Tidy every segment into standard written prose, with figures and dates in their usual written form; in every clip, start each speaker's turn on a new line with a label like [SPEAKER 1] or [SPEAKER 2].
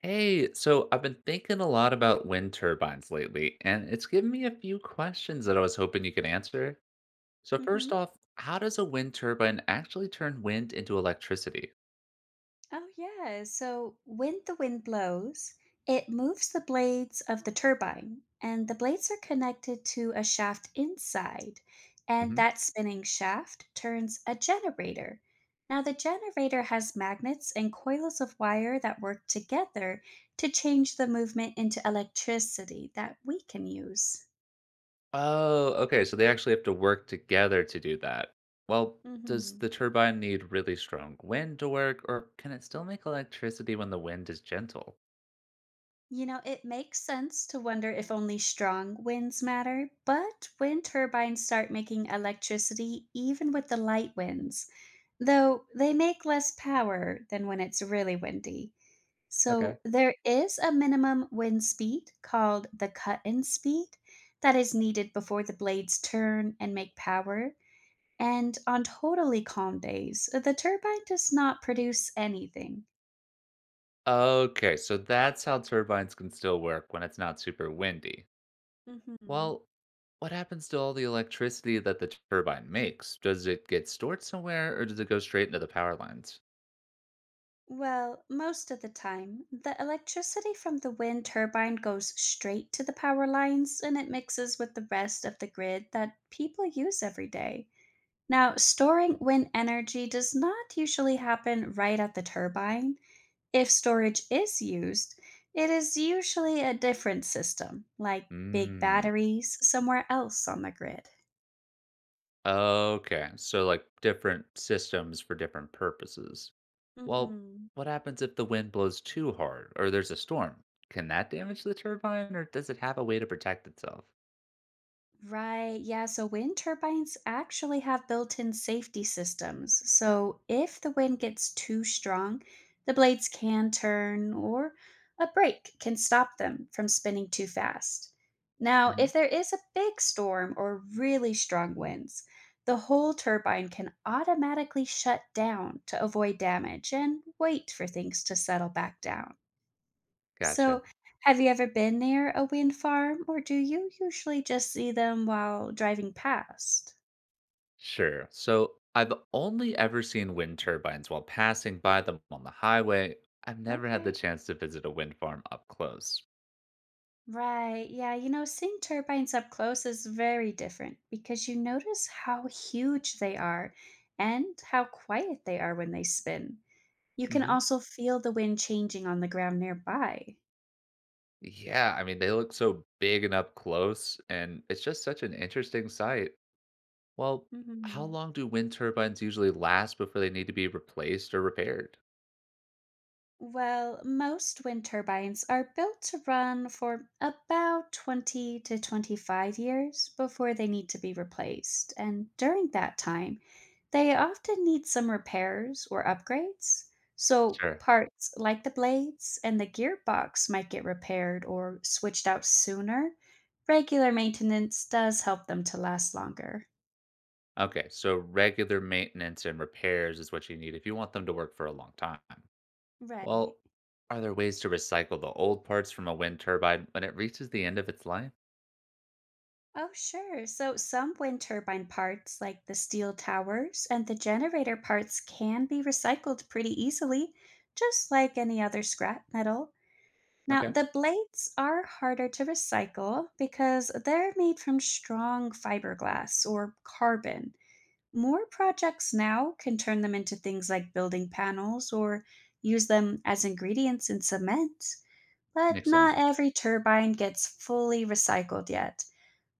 [SPEAKER 1] Hey, so I've been thinking a lot about wind turbines lately, and it's given me a few questions that I was hoping you could answer. So
[SPEAKER 2] Hmm.
[SPEAKER 1] first off, how does a wind turbine actually turn wind into electricity?
[SPEAKER 2] Oh, yeah. So when the wind blows, it moves the blades of the turbine, and the blades are connected to a shaft inside. And
[SPEAKER 1] Hmm.
[SPEAKER 2] that spinning shaft turns a generator. Now, the generator has magnets and coils of wire that work together to change the movement into electricity that we can use.
[SPEAKER 1] Oh, okay, so they actually have to work together to do that. Well, does
[SPEAKER 2] Hmm.
[SPEAKER 1] the turbine need really strong wind to work, or can it still make electricity when the wind is gentle?
[SPEAKER 2] You know, it makes sense to wonder if only strong winds matter, but wind turbines start making electricity even with the light winds, though they make less power than when it's really windy. So
[SPEAKER 1] Okay.
[SPEAKER 2] there is a minimum wind speed called the cut in speed that is needed before the blades turn and make power. And on totally calm days, the turbine does not produce anything.
[SPEAKER 1] Okay, so that's how turbines can still work when it's not super windy.
[SPEAKER 2] Hmm.
[SPEAKER 1] Well, what happens to all the electricity that the turbine makes? Does it get stored somewhere or does it go straight into the power lines?
[SPEAKER 2] Well, most of the time, the electricity from the wind turbine goes straight to the power lines and it mixes with the rest of the grid that people use every day. Now, storing wind energy does not usually happen right at the turbine. If storage is used, it is usually a different system, like big
[SPEAKER 1] Mm.
[SPEAKER 2] batteries somewhere else on the grid.
[SPEAKER 1] Okay, so like different systems for different purposes. Well,
[SPEAKER 2] Mhm.
[SPEAKER 1] what happens if the wind blows too hard or there's a storm? Can that damage the turbine or does it have a way to protect itself?
[SPEAKER 2] Right, yeah. So wind turbines actually have built in safety systems. So if the wind gets too strong, the blades can turn or a brake can stop them from spinning too fast. Now,
[SPEAKER 1] Hmm.
[SPEAKER 2] if there is a big storm or really strong winds, the whole turbine can automatically shut down to avoid damage and wait for things to settle back down.
[SPEAKER 1] Gotcha.
[SPEAKER 2] So, have you ever been near a wind farm, or do you usually just see them while driving past?
[SPEAKER 1] Sure. So I've only ever seen wind turbines while passing by them on the highway. I've never had the
[SPEAKER 2] Okay.
[SPEAKER 1] chance to visit a wind farm up close.
[SPEAKER 2] Right, yeah, you know, seeing turbines up close is very different because you notice how huge they are and how quiet they are when they spin. You can
[SPEAKER 1] Mhm.
[SPEAKER 2] also feel the wind changing on the ground nearby.
[SPEAKER 1] Yeah, I mean, they look so big and up close, and it's just such an interesting sight. Well, how
[SPEAKER 2] Mhm.
[SPEAKER 1] long do wind turbines usually last before they need to be replaced or repaired?
[SPEAKER 2] Well, most wind turbines are built to run for about 20 to 25 years before they need to be replaced, and during that time, they often need some repairs or upgrades. So,
[SPEAKER 1] Sure.
[SPEAKER 2] parts like the blades and the gearbox might get repaired or switched out sooner. Regular maintenance does help them to last longer.
[SPEAKER 1] Okay, so regular maintenance and repairs is what you need if you want them to work for a long time.
[SPEAKER 2] Right.
[SPEAKER 1] Well, are there ways to recycle the old parts from a wind turbine when it reaches the end of its life?
[SPEAKER 2] Oh, sure. So some wind turbine parts, like the steel towers and the generator parts, can be recycled pretty easily, just like any other scrap metal. Now,
[SPEAKER 1] Okay,
[SPEAKER 2] the blades are harder to recycle because they're made from strong fiberglass or carbon. More projects now can turn them into things like building panels or use them as ingredients in cement, but
[SPEAKER 1] makes sense.
[SPEAKER 2] not every turbine gets fully recycled yet.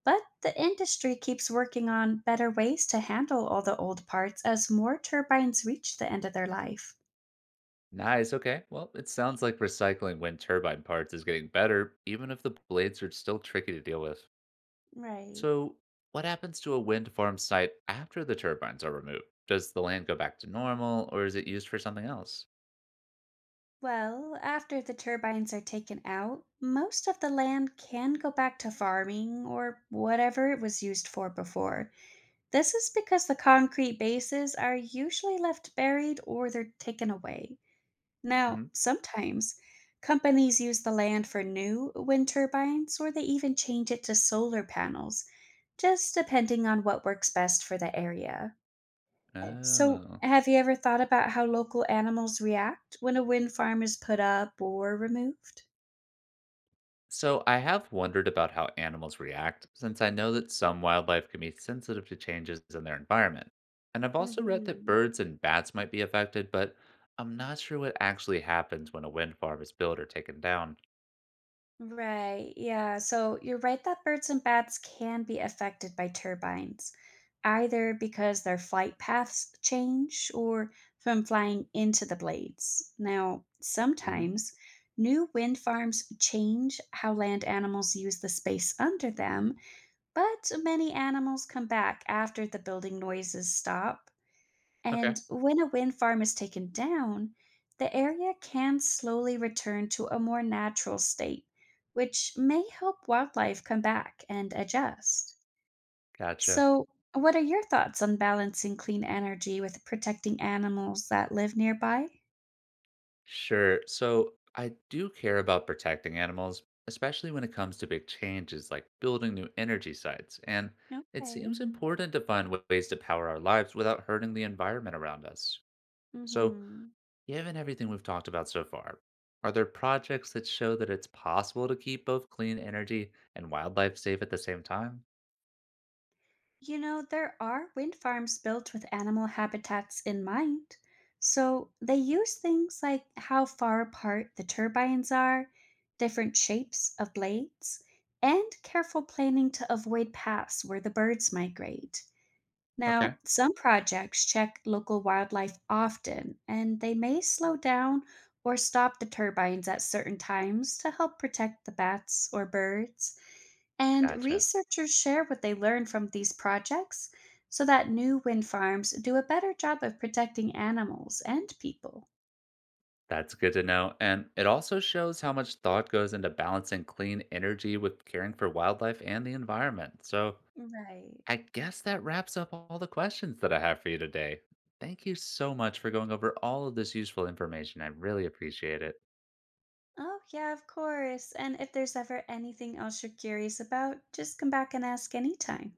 [SPEAKER 2] But the industry keeps working on better ways to handle all the old parts as more turbines reach the end of their life.
[SPEAKER 1] Nice, okay. Well, it sounds like recycling wind turbine parts is getting better, even if the blades are still tricky to deal with.
[SPEAKER 2] Right.
[SPEAKER 1] So, what happens to a wind farm site after the turbines are removed? Does the land go back to normal or is it used for something else?
[SPEAKER 2] Well, after the turbines are taken out, most of the land can go back to farming or whatever it was used for before. This is because the concrete bases are usually left buried or they're taken away. Now,
[SPEAKER 1] Hmm.
[SPEAKER 2] sometimes companies use the land for new wind turbines or they even change it to solar panels. Just depending on what works best for the area. So,
[SPEAKER 1] Oh.
[SPEAKER 2] have you ever thought about how local animals react when a wind farm is put up or removed?
[SPEAKER 1] So, I have wondered about how animals react since I know that some wildlife can be sensitive to changes in their environment. And I've also read that
[SPEAKER 2] Hmm.
[SPEAKER 1] birds and bats might be affected, but I'm not sure what actually happens when a wind farm is built or taken down.
[SPEAKER 2] Right, yeah. So you're right that birds and bats can be affected by turbines, either because their flight paths change or from flying into the blades. Now,
[SPEAKER 1] Hmm.
[SPEAKER 2] sometimes new wind farms change how land animals use the space under them, but many animals come back after the building noises stop,
[SPEAKER 1] Okay.
[SPEAKER 2] and when a wind farm is taken down, the area can slowly return to a more natural state, which may help wildlife come back and adjust.
[SPEAKER 1] Gotcha.
[SPEAKER 2] So, what are your thoughts on balancing clean energy with protecting animals that live nearby?
[SPEAKER 1] Sure. So I do care about protecting animals, especially when it comes to big changes like building new energy sites. And it
[SPEAKER 2] Okay.
[SPEAKER 1] seems important to find ways to power our lives without hurting the environment around us. So,
[SPEAKER 2] Mhm.
[SPEAKER 1] given everything we've talked about so far, are there projects that show that it's possible to keep both clean energy and wildlife safe at the same time?
[SPEAKER 2] You know, there are wind farms built with animal habitats in mind. So they use things like how far apart the turbines are, different shapes of blades, and careful planning to avoid paths where the birds migrate. Now,
[SPEAKER 1] Okay.
[SPEAKER 2] some projects check local wildlife often, and they may slow down or stop the turbines at certain times to help protect the bats or birds. And
[SPEAKER 1] Gotcha.
[SPEAKER 2] researchers share what they learn from these projects so that new wind farms do a better job of protecting animals and people.
[SPEAKER 1] That's good to know. And it also shows how much thought goes into balancing clean energy with caring for wildlife and the environment. So,
[SPEAKER 2] Right.
[SPEAKER 1] I guess that wraps up all the questions that I have for you today. Thank you so much for going over all of this useful information. I really appreciate it.
[SPEAKER 2] Oh, yeah, of course. And if there's ever anything else you're curious about, just come back and ask anytime.